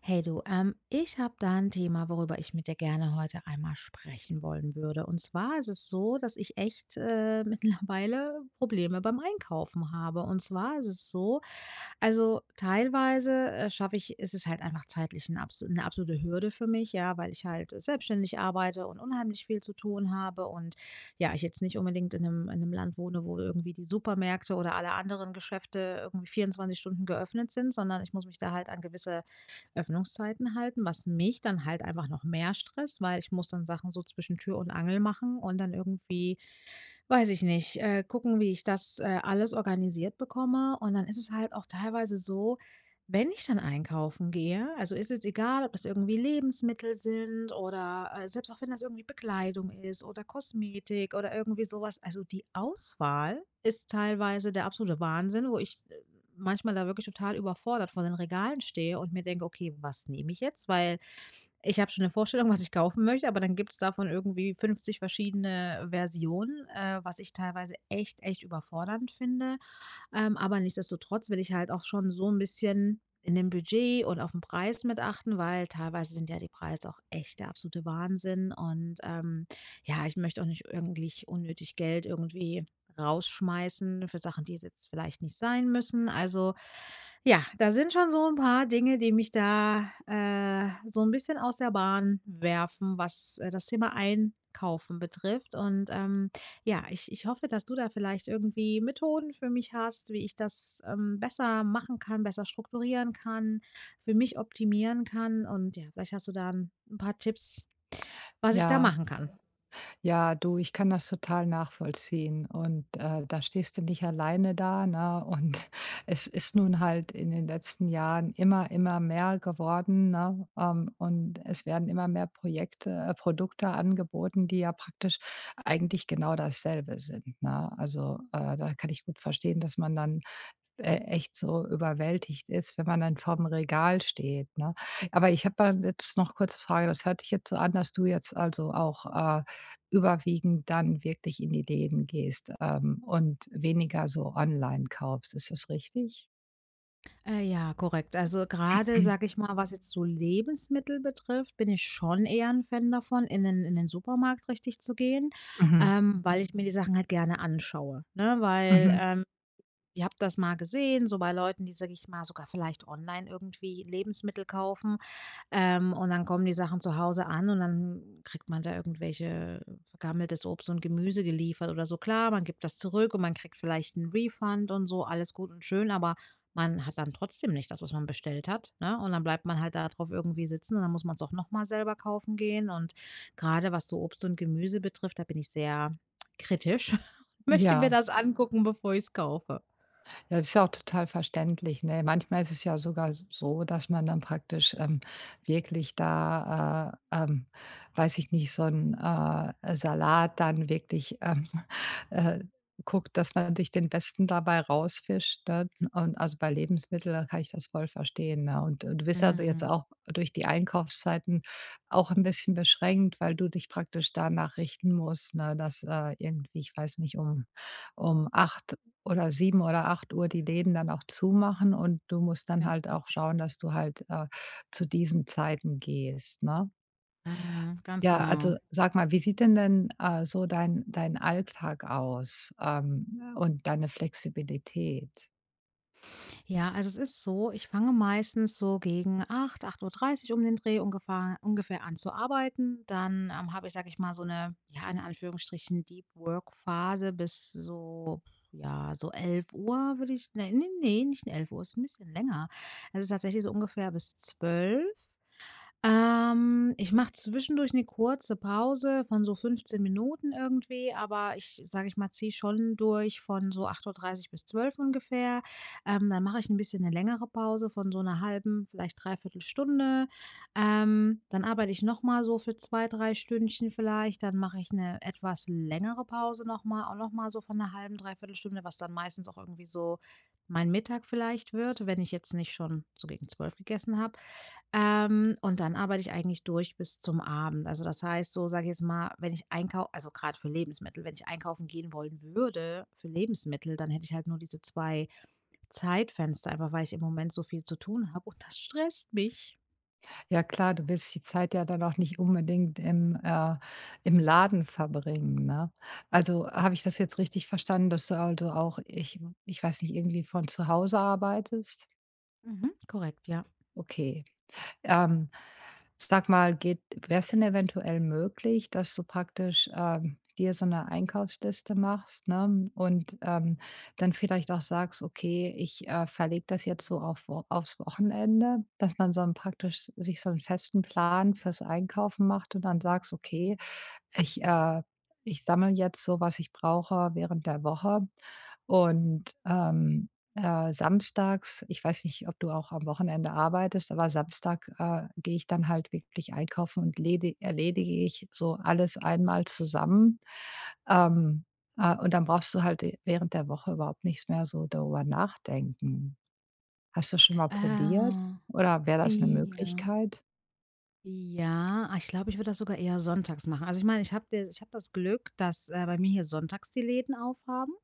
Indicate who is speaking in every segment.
Speaker 1: Hey du, ich habe da ein Thema, worüber ich mit dir gerne heute einmal sprechen wollen würde. Und zwar ist es so, dass ich echt, mittlerweile Probleme beim Einkaufen habe. Und zwar ist es so, also, teilweise, schaffe ich ist es halt einfach zeitlich 'n abs 'ne absolute Hürde für mich, ja, weil ich halt selbstständig arbeite und unheimlich viel zu tun habe und, ja, ich jetzt nicht unbedingt in 'nem Land wohne, wo irgendwie die Supermärkte oder alle anderen Geschäfte irgendwie 24 Stunden geöffnet sind, sondern ich muss mich da halt an gewisse Öffnungszeiten halten, was mich dann halt einfach noch mehr stresst, weil ich muss dann Sachen so zwischen Tür und Angel machen und dann irgendwie weiß ich nicht. Gucken, wie ich das, alles organisiert bekomme. Und dann ist es halt auch teilweise so, wenn ich dann einkaufen gehe, also ist jetzt egal, ob das irgendwie Lebensmittel sind oder, selbst auch wenn das irgendwie Bekleidung ist oder Kosmetik oder irgendwie sowas. Also die Auswahl ist teilweise der absolute Wahnsinn, wo ich, manchmal da wirklich total überfordert vor den Regalen stehe und mir denke: „Okay, was nehme ich jetzt?“ Weil ich habe schon 'ne Vorstellung, was ich kaufen möchte, aber dann gibt's davon irgendwie 50 verschiedene Versionen, was ich teilweise echt, echt überfordernd finde. Aber nichtsdestotrotz will ich halt auch schon so 'n bisschen in dem Budget und aufm Preis mit achten, weil teilweise sind ja die Preise auch echt der absolute Wahnsinn. Und, ja, ich möchte auch nicht irgendwie unnötig Geld irgendwie rausschmeißen für Sachen, die es jetzt vielleicht nicht sein müssen. Also ja, da sind schon so ein paar Dinge, die mich da, so ein bisschen aus der Bahn werfen, was, das Thema Einkaufen betrifft. Und, ja, ich hoffe, dass du da vielleicht irgendwie Methoden für mich hast, wie ich das, besser machen kann, besser strukturieren kann, für mich optimieren kann. Und ja, vielleicht hast du da ein 'n paar Tipps, was ich da
Speaker 2: Ja,
Speaker 1: machen kann.
Speaker 2: ja, du, ich kann das total nachvollziehen und, da stehst du nicht alleine da, ne? Und es ist nun halt in den letzten Jahren immer mehr geworden, ne? Und es werden immer mehr Projekte Produkte angeboten, die ja praktisch eigentlich genau dasselbe sind, ne? Also, da kann ich gut verstehen, dass man dann echt so überwältigt ist, wenn man dann vorm Regal steht, ne? Aber ich habe mal jetzt noch kurze Frage, das hört sich jetzt so an, dass du jetzt also auch, äh, überwiegend dann wirklich in die Läden gehst, und weniger so online kaufst. Ist das richtig?
Speaker 1: Ja, korrekt. Also gerade, sage ich mal, was jetzt so Lebensmittel betrifft, bin ich schon eher ein Fan davon, in den Supermarkt richtig zu gehen,
Speaker 2: Mhm.
Speaker 1: weil ich mir die Sachen halt gerne anschaue, ne? Weil,
Speaker 2: Mhm.
Speaker 1: ich habe das mal gesehen, so bei Leuten, die, sage ich mal, sogar vielleicht online irgendwie Lebensmittel kaufen, und dann kommen die Sachen zu Hause an und dann kriegt man da irgendwelche vergammeltes Obst und Gemüse geliefert oder so. Klar, man gibt das zurück und man kriegt vielleicht einen Refund und so, alles gut und schön, aber man hat dann trotzdem nicht das, was man bestellt hat, ne? Und dann bleibt man halt da drauf irgendwie sitzen und dann muss man es auch noch mal selber kaufen gehen. Und gerade was so Obst und Gemüse betrifft, da bin ich sehr kritisch, möchte mir
Speaker 2: Ja.
Speaker 1: das angucken, bevor ich's kaufe.
Speaker 2: Ja, das ist ja auch total verständlich, ne? Manchmal ist es ja sogar so, dass man dann praktisch, wirklich da, weiß ich nicht, so ein Salat dann wirklich, äh, guckt, dass man sich den besten dabei rausfischt, ne? Und also, bei Lebensmitteln da kann ich das voll verstehen, ne? Und du bist also jetzt
Speaker 1: Mhm,
Speaker 2: auch durch die Einkaufszeiten auch ein bisschen beschränkt, weil du dich praktisch danach richten musst, ne, dass, irgendwie, ich weiß nicht, um 8 oder 7 oder acht Uhr die Läden dann auch zumachen und du musst dann halt
Speaker 1: genau.
Speaker 2: auch schauen, dass du halt, zu diesen Zeiten gehst, ne?
Speaker 1: Mhm, ganz
Speaker 2: Ja,
Speaker 1: genau.
Speaker 2: also sag mal, wie sieht denn so dein Alltag aus, und deine Flexibilität?
Speaker 1: Ja, also es ist so, ich fange meistens so gegen acht, 8:30 Uhr um den Dreh ungefähr, ungefähr an zu arbeiten. Dann habe ich, sage ich mal, so eine, ja, in Anführungsstrichen Deep Work Phase bis so, ja, so 11 Uhr würde ich, nee, nee, nee, nicht 11 Uhr, ist ein bisschen länger. Es ist tatsächlich so ungefähr bis 12. Ich mache zwischendurch eine kurze Pause von so 15 Minuten irgendwie, aber ich, sage ich mal, ziehe schon durch von so 8:30 Uhr bis 12 ungefähr. Dann mache ich 'n bisschen eine längere Pause von so einer halben vielleicht dreiviertel Stunde. Dann arbeite ich noch mal so für 2 3 Stündchen vielleicht. Dann mache ich eine etwas längere Pause noch mal so von einer halben dreiviertel Stunde, was dann meistens auch irgendwie so mein Mittag vielleicht wird, wenn ich jetzt nicht schon so gegen 12 gegessen habe. Und dann arbeite ich eigentlich durch bis zum Abend. Also, das heißt, so sage ich jetzt mal, wenn ich einkaufe also, gerade für Lebensmittel, wenn ich einkaufen gehen wollen würde für Lebensmittel, dann hätte ich halt nur diese 2 Zeitfenster, einfach weil ich im Moment so viel zu tun habe und das stresst mich.
Speaker 2: Ja klar, du willst die Zeit ja dann auch nicht unbedingt im, im Laden verbringen, ne? Also, habe ich das jetzt richtig verstanden, dass du also auch ich weiß nicht, irgendwie von zu Hause arbeitest?
Speaker 1: Mhm, korrekt, ja.
Speaker 2: Okay. Ähm, sag mal, geht wäre es denn eventuell möglich, dass du praktisch, dir so eine Einkaufsliste machst, ne, und, dann vielleicht auch sagst: „Okay, ich, verlege das jetzt so aufs Wochenende“, dass man so 'n praktisch sich so einen festen Plan fürs Einkaufen macht und dann sagst: „Okay, ich, äh ich sammle jetzt so, was ich brauche während der Woche.“ und, samstags ich weiß nicht, ob du auch am Wochenende arbeitest, aber Samstag, gehe ich dann halt wirklich einkaufen und ledi erledige ich so alles einmal zusammen. Ähm, und dann brauchst du halt während der Woche überhaupt nichts mehr so darüber nachdenken. Hast du schon mal probiert
Speaker 1: Äh,
Speaker 2: oder wäre das eine
Speaker 1: ja.
Speaker 2: Möglichkeit?
Speaker 1: Ja, ich glaube, ich würde das sogar eher sonntags machen. Also ich meine, ich habe das Glück, dass, bei mir hier sonntags die Läden aufhaben,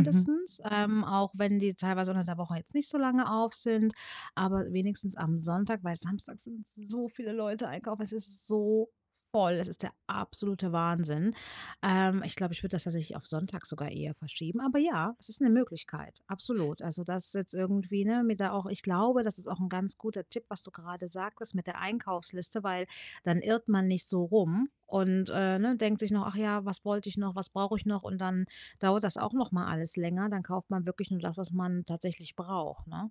Speaker 2: Mhm.
Speaker 1: auch wenn die teilweise unter der Woche jetzt nicht so lange auf sind, aber wenigstens am Sonntag, weil samstags sind so viele Leute einkaufen. Es ist so voll. Es ist der absolute Wahnsinn. Ich glaube, ich würde das tatsächlich auf Sonntag sogar eher verschieben. Aber ja, es ist eine Möglichkeit, absolut. Also, das ist jetzt irgendwie, ne, mir da auch ich glaube, das ist auch ein ganz guter Tipp, was du gerade sagtest mit der Einkaufsliste, weil dann irrt man nicht so rum und, ne, denkt sich noch: „Ach ja, was wollte ich noch? Was brauche ich noch?“ Und dann dauert das auch noch mal alles länger. Dann kauft man wirklich nur das, was man tatsächlich braucht, ne?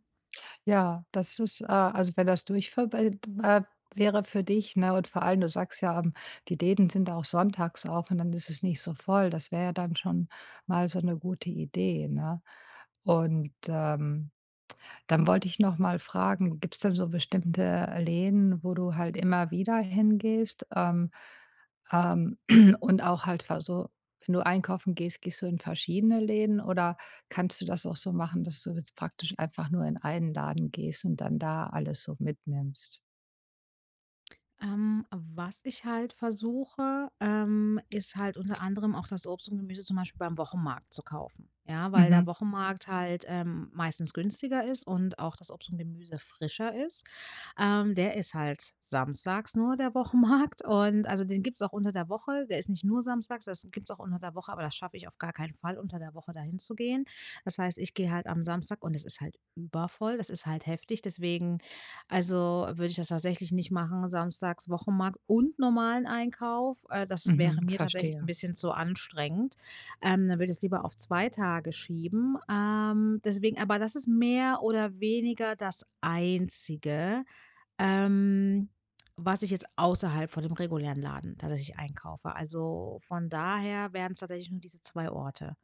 Speaker 2: Ja, das ist, also, wenn das durchverbe wäre für dich, ne, und vor allem, du sagst ja, die Läden sind auch sonntags auf und dann ist es nicht so voll. Das wäre ja dann schon mal so eine gute Idee, ne? Und, dann wollte ich noch mal fragen, gibt's denn so bestimmte Läden, wo du halt immer wieder hingehst? Ähm, und auch halt ver so, wenn du einkaufen gehst, gehst du in verschiedene Läden oder kannst du das auch so machen, dass du jetzt praktisch einfach nur in einen Laden gehst und dann da alles so mitnimmst?
Speaker 1: Was ich halt versuche, ist halt unter anderem auch das Obst und Gemüse zum Beispiel beim Wochenmarkt zu kaufen. Ja, weil der
Speaker 2: Mhm,
Speaker 1: Wochenmarkt halt meistens günstiger ist und auch das Obst und Gemüse frischer ist. Der ist halt samstags nur der Wochenmarkt und also den gibt es auch unter der Woche. Der ist nicht nur samstags, das gibt es auch unter der Woche, aber das schaffe ich auf gar keinen Fall, unter der Woche dahin zu gehen. Das heißt, ich gehe halt am Samstag und es ist halt übervoll. Das ist halt heftig. Deswegen, also würde ich das tatsächlich nicht machen. Samstags Wochenmarkt und normalen Einkauf. Das wäre
Speaker 2: mhm,
Speaker 1: mir tatsächlich ein
Speaker 2: verstehe.
Speaker 1: bisschen zu anstrengend. Dann würde ich es lieber auf zwei Tage schieben. Deswegen, aber das ist mehr oder weniger das Einzige, Ähm, was ich jetzt außerhalb von dem regulären Laden tatsächlich einkaufe. Also, von daher wären es tatsächlich nur diese 2 Orte.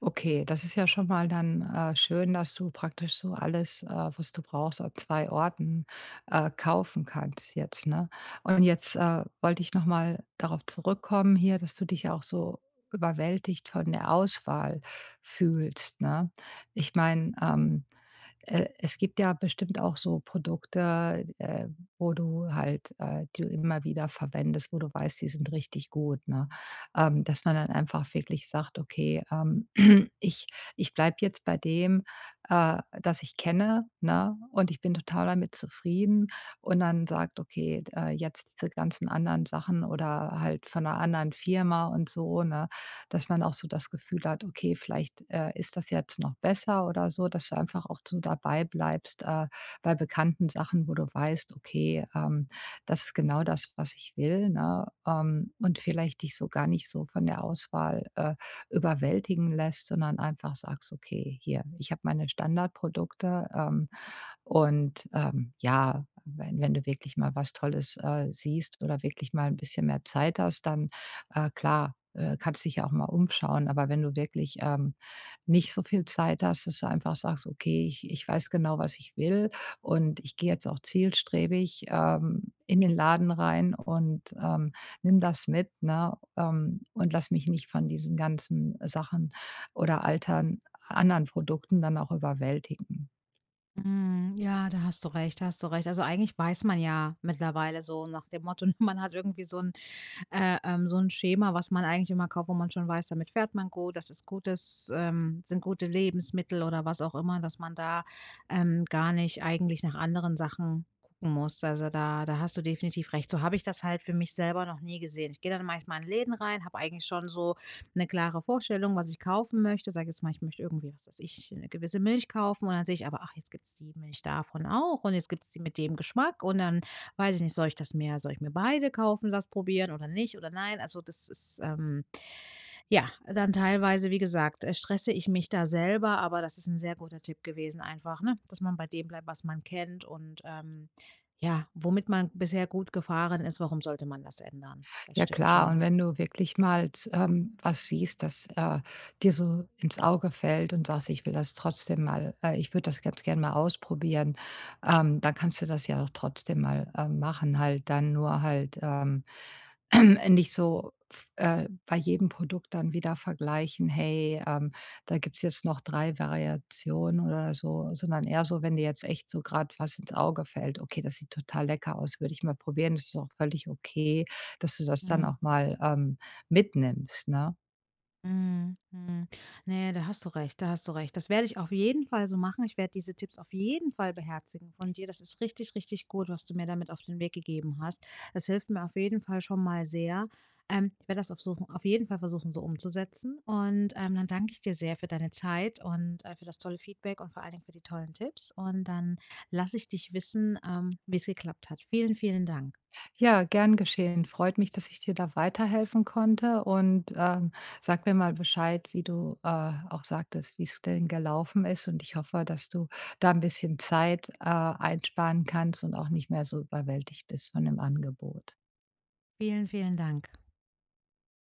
Speaker 2: Okay, das ist ja schon mal dann schön, dass du praktisch so alles, was du brauchst, an zwei Orten kaufen kannst jetzt, ne? Und jetzt wollte ich noch mal darauf zurückkommen hier, dass du dich ja auch so überwältigt von der Auswahl fühlst, ne? Ich meine, es gibt ja bestimmt auch so Produkte, wo du halt die du immer wieder verwendest, wo du weißt, die sind richtig gut, ne? Dass man dann einfach wirklich sagt: „Okay, ich ich bleibe jetzt bei dem, das ich kenne, ne, und ich bin total damit zufrieden.“ Und dann sagt: „Okay, jetzt diese ganzen anderen Sachen oder halt von einer anderen Firma und so, ne?“ dass man auch so das Gefühl hat, okay, vielleicht, ist das jetzt noch besser oder so, dass du einfach auch so dabei bleibst, bei bekannten Sachen, wo du weißt, okay, das ist genau das, was ich will, ne? Und vielleicht dich so gar nicht so von der Auswahl, überwältigen lässt, sondern einfach sagst: „Okay, hier, ich habe meine Standardprodukte, und, ja, wenn du wirklich mal was Tolles, siehst oder wirklich mal ein bisschen mehr Zeit hast, dann, klar, kannst dich ja auch mal umschauen. Aber wenn du wirklich, nicht so viel Zeit hast, dass du einfach sagst: „Okay, ich weiß genau, was ich will und ich gehe jetzt auch zielstrebig, in den Laden rein und, nimm das mit, ne, und lass mich nicht von diesen ganzen Sachen oder altern anderen Produkten dann auch überwältigen.“
Speaker 1: Mhm, ja, da hast du recht, da hast du recht. Also, eigentlich weiß man ja mittlerweile so nach dem Motto, man hat irgendwie so 'n so ein Schema, was man eigentlich immer kauft, wo man schon weiß, damit fährt man gut, das ist gutes sind gute Lebensmittel oder was auch immer, dass man da, gar nicht eigentlich nach anderen Sachen gucken muss. Also, da hast du definitiv recht. So habe ich das halt für mich selber noch nie gesehen. Ich gehe dann manchmal in Läden rein, habe eigentlich schon so eine klare Vorstellung, was ich kaufen möchte. Sage jetzt mal, ich möchte irgendwie, was weiß ich, 'ne gewisse Milch kaufen und dann sehe ich aber, ach, jetzt gibt es die Milch davon auch und jetzt gibt es die mit dem Geschmack und dann weiß ich nicht, soll ich das mehr, soll ich mir beide kaufen, das probieren oder nicht oder nein? Also, das ist, ja, dann teilweise, wie gesagt, stresse ich mich da selber, aber das ist ein sehr guter Tipp gewesen einfach, ne, dass man bei dem bleibt, was man kennt und, ja, womit man bisher gut gefahren ist, warum sollte man das ändern? Das
Speaker 2: Ja
Speaker 1: stimmt
Speaker 2: klar,
Speaker 1: schon.
Speaker 2: und wenn du wirklich mal, was siehst, das dir so ins Auge fällt und sagst, ich will das trotzdem mal, ich würde das ganz gern mal ausprobieren, dann kannst du das ja auch trotzdem mal machen, halt dann nur halt nicht so bei jedem Produkt dann wieder vergleichen, hey, da gibt es jetzt noch 3 Variationen oder so, sondern eher so, wenn dir jetzt echt so gerade was ins Auge fällt, okay, das sieht total lecker aus, würde ich mal probieren, das ist auch völlig okay dass du das dann
Speaker 1: Mhm.
Speaker 2: auch mal, mitnimmst, ne?
Speaker 1: Mhm, mhm. Ne, da hast du recht, da hast du recht. Das werde ich auf jeden Fall so machen. Ich werde diese Tipps auf jeden Fall beherzigen von dir. Das ist richtig, richtig gut, was du mir damit auf den Weg gegeben hast. Das hilft mir auf jeden Fall schon mal sehr. Ich werde das auf, suchen, auf jeden Fall versuchen, so umzusetzen. Und dann danke ich dir sehr für deine Zeit und für das tolle Feedback und vor allen Dingen für die tollen Tipps. Und dann lasse ich dich wissen, wie es geklappt hat. Vielen, vielen Dank.
Speaker 2: Ja, gern geschehen. Freut mich, dass ich dir da weiterhelfen konnte und, sag mir mal Bescheid, wie du, auch sagtest, wie es denn gelaufen ist und ich hoffe, dass du da ein bisschen Zeit, einsparen kannst und auch nicht mehr so überwältigt bist von dem Angebot.
Speaker 1: Vielen, vielen Dank.